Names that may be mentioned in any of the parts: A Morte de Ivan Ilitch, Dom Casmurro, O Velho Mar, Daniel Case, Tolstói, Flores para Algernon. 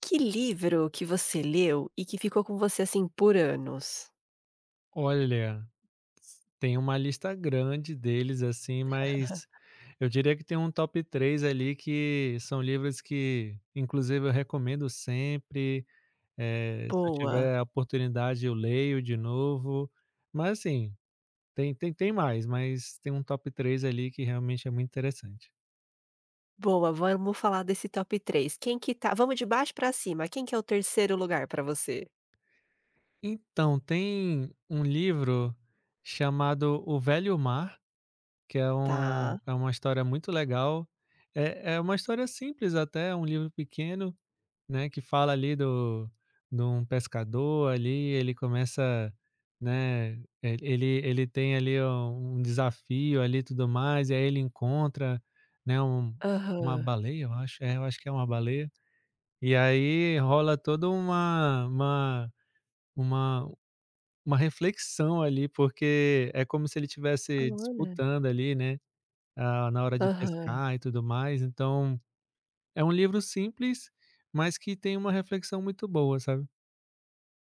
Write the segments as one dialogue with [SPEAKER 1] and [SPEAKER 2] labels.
[SPEAKER 1] Que livro que você leu e que ficou com você, assim, por anos?
[SPEAKER 2] Olha, s tem uma lista grande deles, assim, mas eu diria que tem um top 3 ali que são livros que, inclusive, eu recomendo sempre. Se eu
[SPEAKER 1] Boa,
[SPEAKER 2] tiver a oportunidade, eu leio de novo, mas assim, tem mais, mas tem um top 3 ali que realmente é muito interessante.
[SPEAKER 1] boa, vamos falar desse top 3. Quem que tá, vamos de baixo pra cima, quem que é o terceiro lugar pra você?
[SPEAKER 2] Então, tem um livro chamado O Velho Mar, que é um
[SPEAKER 1] Tá.
[SPEAKER 2] é uma história muito legal. É uma história simples até, é um livro pequeno, né, que fala ali do de um pescador ali. Ele começa, né, e ele tem ali um desafio ali e tudo mais, e aí ele encontra, né, uma
[SPEAKER 1] Aham.
[SPEAKER 2] baleia, eu acho. É, eu acho que é uma baleia, e aí rola toda uma uma reflexão ali, porque é como se ele estivesse
[SPEAKER 1] Olha.
[SPEAKER 2] disputando ali, né. Ah, na hora de
[SPEAKER 1] Aham.
[SPEAKER 2] pescar e tudo mais. Então é um livro simples, mas que tem uma reflexão muito boa, sabe.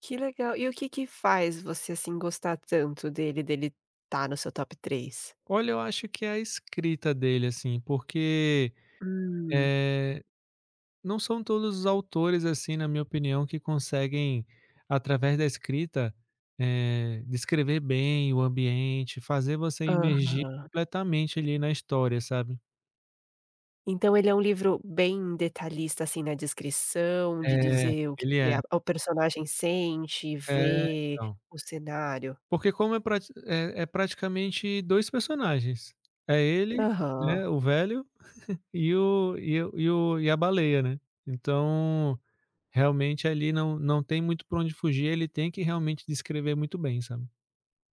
[SPEAKER 1] Que legal. E o que que faz você, assim, gostar tanto dele tá no seu top 3?
[SPEAKER 2] Olha, eu acho que é a escrita dele, assim, porque,
[SPEAKER 1] Hum.
[SPEAKER 2] eh, não são todos os autores, assim, na minha opinião, que conseguem, através da escrita, descrever bem o ambiente, fazer você imergir
[SPEAKER 1] Aham.
[SPEAKER 2] completamente ali na história, sabe.
[SPEAKER 1] Então ele é um livro bem detalhista, assim, na descrição, de
[SPEAKER 2] É,
[SPEAKER 1] dizer o que
[SPEAKER 2] ele é.
[SPEAKER 1] que a o personagem sente,
[SPEAKER 2] É,
[SPEAKER 1] vê,
[SPEAKER 2] então.
[SPEAKER 1] o cenário.
[SPEAKER 2] Porque como é praticamente 2 personagens. É ele,
[SPEAKER 1] Aham.
[SPEAKER 2] né, o velho e a baleia, né. Então, realmente ali não tem muito pra onde fugir, ele tem que realmente descrever muito bem, sabe.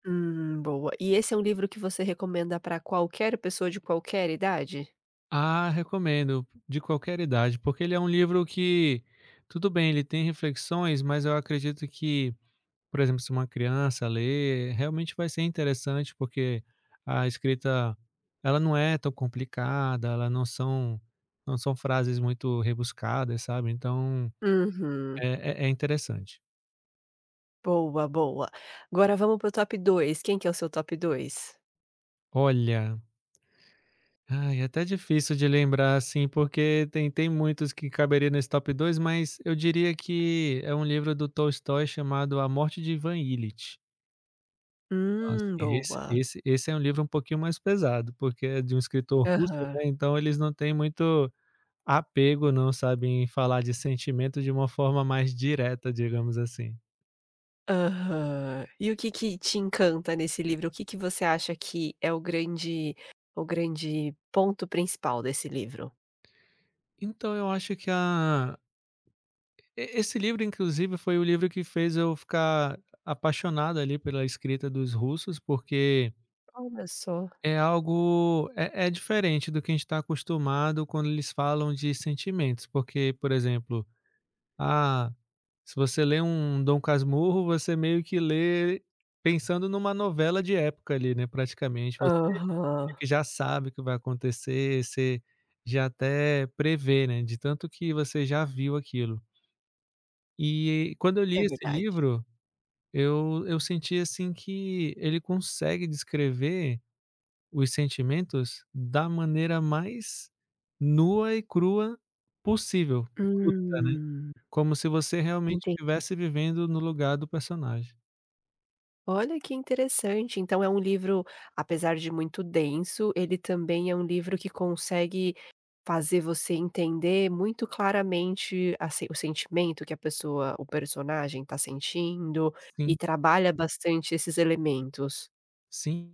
[SPEAKER 1] Boa. E esse é um livro que você recomenda pra qualquer pessoa de qualquer idade?
[SPEAKER 2] Ah, recomendo, de qualquer idade, porque ele é um livro que, tudo bem, ele tem reflexões, mas eu acredito que, por exemplo, se uma criança ler, realmente vai ser interessante, porque a escrita, ela não é tão complicada, ela não são não são frases muito rebuscadas, sabe, então
[SPEAKER 1] Uhum.
[SPEAKER 2] é é é interessante.
[SPEAKER 1] Boa, boa. Agora vamos para o top 2. Quem que é o seu top dois?
[SPEAKER 2] Olha, ai, é até difícil de lembrar, assim, porque tem muitos que caberia nesse top dois, mas eu diria que é um livro do Tolstói chamado A Morte de Ivan Ilitch. Então, assim, esse
[SPEAKER 1] Boa.
[SPEAKER 2] esse esse é um livro um pouquinho mais pesado, porque é de um escritor russo,
[SPEAKER 1] Aham.
[SPEAKER 2] né, então eles não têm muito apego, não sabem falar de sentimento de uma forma mais direta, digamos assim.
[SPEAKER 1] Aham. E o que que te encanta nesse livro? O que que você acha que é o grande ponto principal desse livro?
[SPEAKER 2] Então eu acho que a, e esse livro inclusive foi o livro que fez eu ficar apaixonado ali pela escrita dos russos, porque
[SPEAKER 1] Olha só.
[SPEAKER 2] é algo, é diferente do que a gente está acostumado quando eles falam de sentimentos, porque, por exemplo, ah, se você lê um Dom Casmurro, você meio que lê pensando numa novela de época ali, né, praticamente. Você
[SPEAKER 1] Aham.
[SPEAKER 2] meio que já sabe o que vai acontecer, você já até prevê, né, de tanto que você já viu aquilo. E quando eu
[SPEAKER 1] É
[SPEAKER 2] li esse
[SPEAKER 1] verdade.
[SPEAKER 2] livro, eu senti, assim, que ele consegue descrever os sentimentos da maneira mais nua e crua possível. Bruta, né.
[SPEAKER 1] Hum,
[SPEAKER 2] Como se você realmente
[SPEAKER 1] entendi.
[SPEAKER 2] estivesse vivendo no lugar do personagem.
[SPEAKER 1] Olha que interessante. Então é um livro, apesar de muito denso, ele também é um livro que consegue fazer você entender muito claramente a se o sentimento que a pessoa o personagem está sentindo, e
[SPEAKER 2] Sim,
[SPEAKER 1] trabalha bastante esses elementos.
[SPEAKER 2] sim,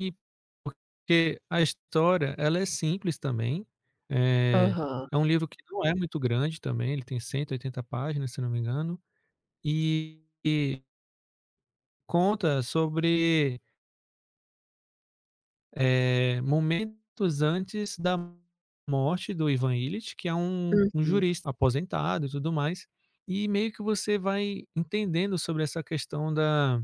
[SPEAKER 2] porque a história, ela é simples também. eh,
[SPEAKER 1] Aham.
[SPEAKER 2] É um livro que não é muito grande também, ele tem 180 páginas, se não me engano, e conta sobre momentos antes da morte do Ivan Ilitch, que é um um
[SPEAKER 1] Uhum.
[SPEAKER 2] jurista aposentado e tudo mais, e meio que você vai entendendo sobre essa questão da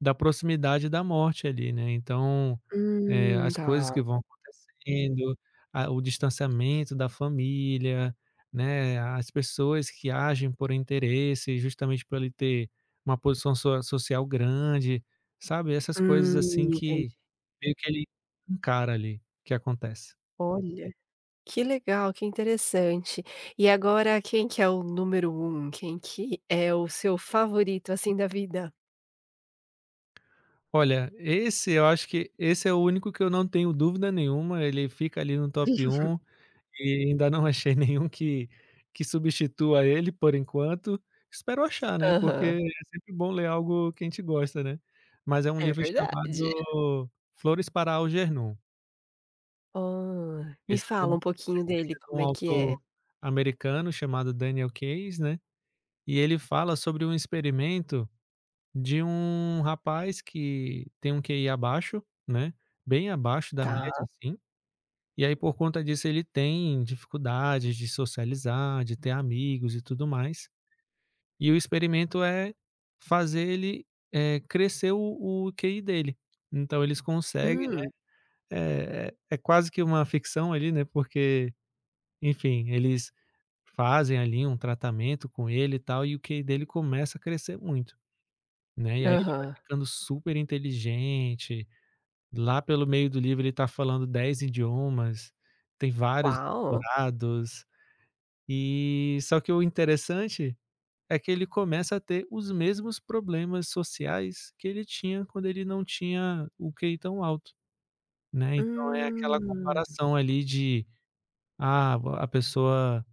[SPEAKER 2] da proximidade da morte ali, né. Então, as
[SPEAKER 1] Tá.
[SPEAKER 2] coisas que vão acontecendo, a o distanciamento da família, né, as pessoas que agem por interesse, justamente por ele ter uma posição so social grande, sabe, essas coisas assim que
[SPEAKER 1] Entendi.
[SPEAKER 2] meio que ele encara ali, que acontece.
[SPEAKER 1] Olha, que legal, que interessante. E agora quem que é o número um? Quem que é o seu favorito, assim, da vida?
[SPEAKER 2] Olha, esse eu acho que esse é o único que eu não tenho dúvida nenhuma, ele fica ali no top um. E ainda não achei nenhum que substitua ele por enquanto. Espero achar, né, porque é
[SPEAKER 1] Aham.
[SPEAKER 2] sempre bom ler algo que a gente gosta, né. Mas é um
[SPEAKER 1] É
[SPEAKER 2] livro
[SPEAKER 1] verdade.
[SPEAKER 2] chamado Flores para Algernon.
[SPEAKER 1] Hã. Me
[SPEAKER 2] Esse é de
[SPEAKER 1] fala
[SPEAKER 2] um
[SPEAKER 1] um
[SPEAKER 2] esse
[SPEAKER 1] pouquinho
[SPEAKER 2] esse
[SPEAKER 1] dele,
[SPEAKER 2] é de
[SPEAKER 1] como
[SPEAKER 2] um
[SPEAKER 1] é que
[SPEAKER 2] autor
[SPEAKER 1] é?
[SPEAKER 2] americano chamado Daniel Case, né, e ele fala sobre um experimento de um rapaz que tem um QI abaixo, né, bem abaixo da média
[SPEAKER 1] Tá.
[SPEAKER 2] assim. E aí, por conta disso, ele tem dificuldades de socializar, de ter amigos e tudo mais. E o experimento é fazer ele crescer o QI dele. Então eles conseguem, né,
[SPEAKER 1] Hum.
[SPEAKER 2] é quase que uma ficção ali, né, porque, enfim, eles fazem ali um tratamento com ele e tal, e o QI dele começa a crescer muito, né. E aí ele vai
[SPEAKER 1] Aham.
[SPEAKER 2] ficando super inteligente, lá pelo meio do livro ele tá falando 10 idiomas, tem vários
[SPEAKER 1] Uau.
[SPEAKER 2] doutorados. E só que o interessante é que ele começa a ter os mesmos problemas sociais que ele tinha quando ele não tinha o QI tão alto, né. Então é aquela
[SPEAKER 1] Hum.
[SPEAKER 2] comparação ali de, ah, a pessoa,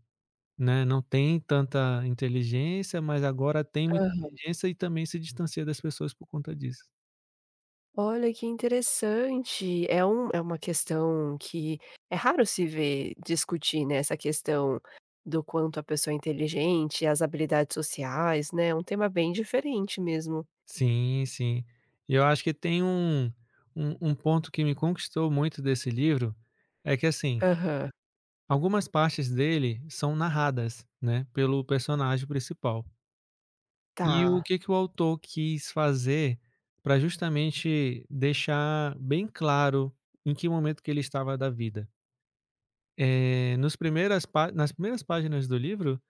[SPEAKER 2] né, não tem tanta inteligência, mas agora tem muita inteligência e também se distancia das pessoas por conta disso.
[SPEAKER 1] Olha que interessante. É uma questão que é raro se ver discutir, né, essa questão do quanto a pessoa é inteligente, as habilidades sociais, né, é um tema bem diferente mesmo.
[SPEAKER 2] Sim, sim. E eu acho que tem um ponto que me conquistou muito desse livro, é que assim
[SPEAKER 1] Aham,
[SPEAKER 2] algumas partes dele são narradas, né, pelo personagem principal. E o
[SPEAKER 1] tá.
[SPEAKER 2] que que o autor quis fazer para justamente deixar bem claro em que momento que ele estava da vida. Eh, nos primeiras pá nas primeiras páginas do livro,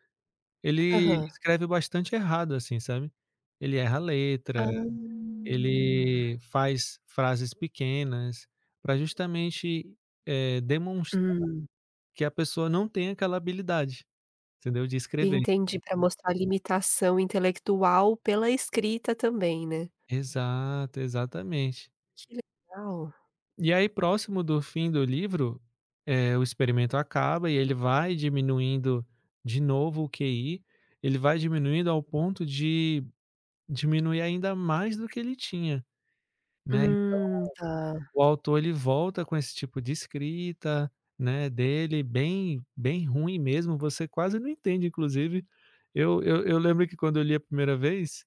[SPEAKER 2] ele
[SPEAKER 1] Aham.
[SPEAKER 2] escreve bastante errado, assim, sabe. Ele erra a letra,
[SPEAKER 1] Ah.
[SPEAKER 2] ele faz frases pequenas para justamente demonstrar
[SPEAKER 1] Hum,
[SPEAKER 2] que a pessoa não tem aquela habilidade, entendeu, de escrever.
[SPEAKER 1] entendi, para mostrar a limitação intelectual pela escrita também, né.
[SPEAKER 2] Exato, exatamente.
[SPEAKER 1] Que legal.
[SPEAKER 2] E aí próximo do fim do livro, o experimento acaba e ele vai diminuindo de novo o QI, ele vai diminuindo ao ponto de diminuir ainda mais do que ele tinha, né.
[SPEAKER 1] Tá.
[SPEAKER 2] O autor ele volta com esse tipo de escrita, né, dele bem bem ruim mesmo, você quase não entende inclusive. Eu lembro que quando eu li a primeira vez,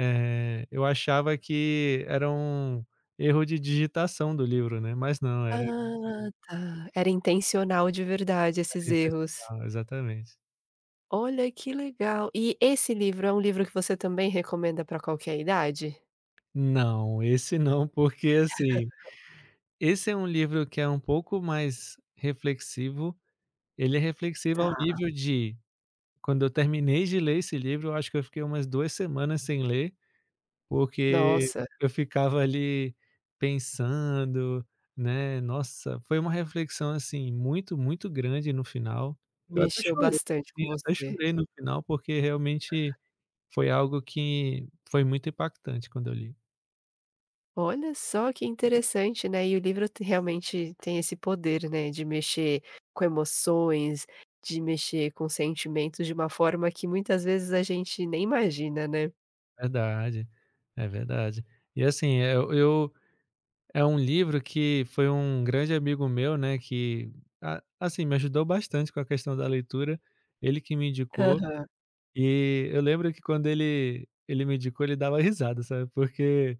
[SPEAKER 2] Eu achava que era um erro de digitação do livro, né, mas não, era
[SPEAKER 1] Ah, tá. Era intencional de verdade esses
[SPEAKER 2] era
[SPEAKER 1] erros.
[SPEAKER 2] intencional, exatamente.
[SPEAKER 1] Olha, que legal. E esse livro é um livro que você também recomenda para qualquer idade?
[SPEAKER 2] Não, esse não, porque, assim, esse é um livro que é um pouco mais reflexivo, ele é reflexivo ao
[SPEAKER 1] Tá.
[SPEAKER 2] nível de quando eu terminei de ler esse livro, eu acho que eu fiquei umas 2 semanas sem ler. Porque
[SPEAKER 1] Nossa,
[SPEAKER 2] eu ficava ali pensando, né, nossa, foi uma reflexão, assim, muito, muito grande no final. Eu até
[SPEAKER 1] mexeu
[SPEAKER 2] chorei,
[SPEAKER 1] bastante com
[SPEAKER 2] eu até
[SPEAKER 1] você.
[SPEAKER 2] chorei no final, porque realmente foi algo que foi muito impactante quando eu li.
[SPEAKER 1] Olha só que interessante, né, e o livro te realmente tem esse poder, né, de mexer com emoções, de mexer com sentimentos de uma forma que muitas vezes a gente nem imagina, né.
[SPEAKER 2] Verdade, é verdade. E assim, eu é um livro que foi um grande amigo meu, né, que a assim, me ajudou bastante com a questão da leitura, ele que me indicou.
[SPEAKER 1] Aham,
[SPEAKER 2] E eu lembro que quando ele me indicou, ele dava risada, sabe, porque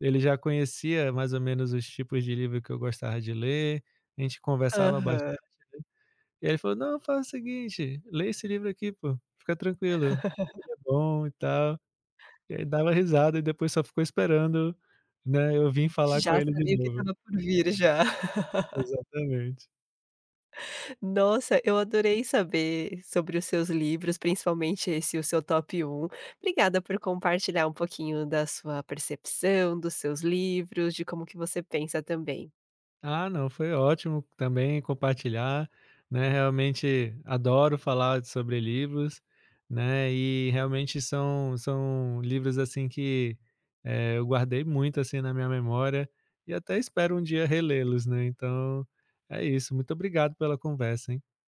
[SPEAKER 2] ele já conhecia mais ou menos os tipos de livro que eu gostava de ler, a gente conversava bastante
[SPEAKER 1] aham.
[SPEAKER 2] e aí ele falou: "Não, faz o seguinte, lê esse livro aqui, pô, fica tranquilo, ele é bom e tal". E aí dava risada e depois só ficou esperando, né, eu vim falar com
[SPEAKER 1] Já
[SPEAKER 2] ele de
[SPEAKER 1] sabia o que
[SPEAKER 2] novo.
[SPEAKER 1] estava por vir já.
[SPEAKER 2] Exatamente.
[SPEAKER 1] Nossa, eu adorei saber sobre os seus livros, principalmente esse, o seu top um. Obrigada por compartilhar um pouquinho da sua percepção, dos seus livros, de como que você pensa também.
[SPEAKER 2] Ah, não, foi ótimo também compartilhar, né, realmente adoro falar sobre livros, né, e realmente são livros, assim, que, eu guardei muito, assim, na minha memória e até espero um dia relê-los, né, então é isso. Muito obrigado pela conversa, hein.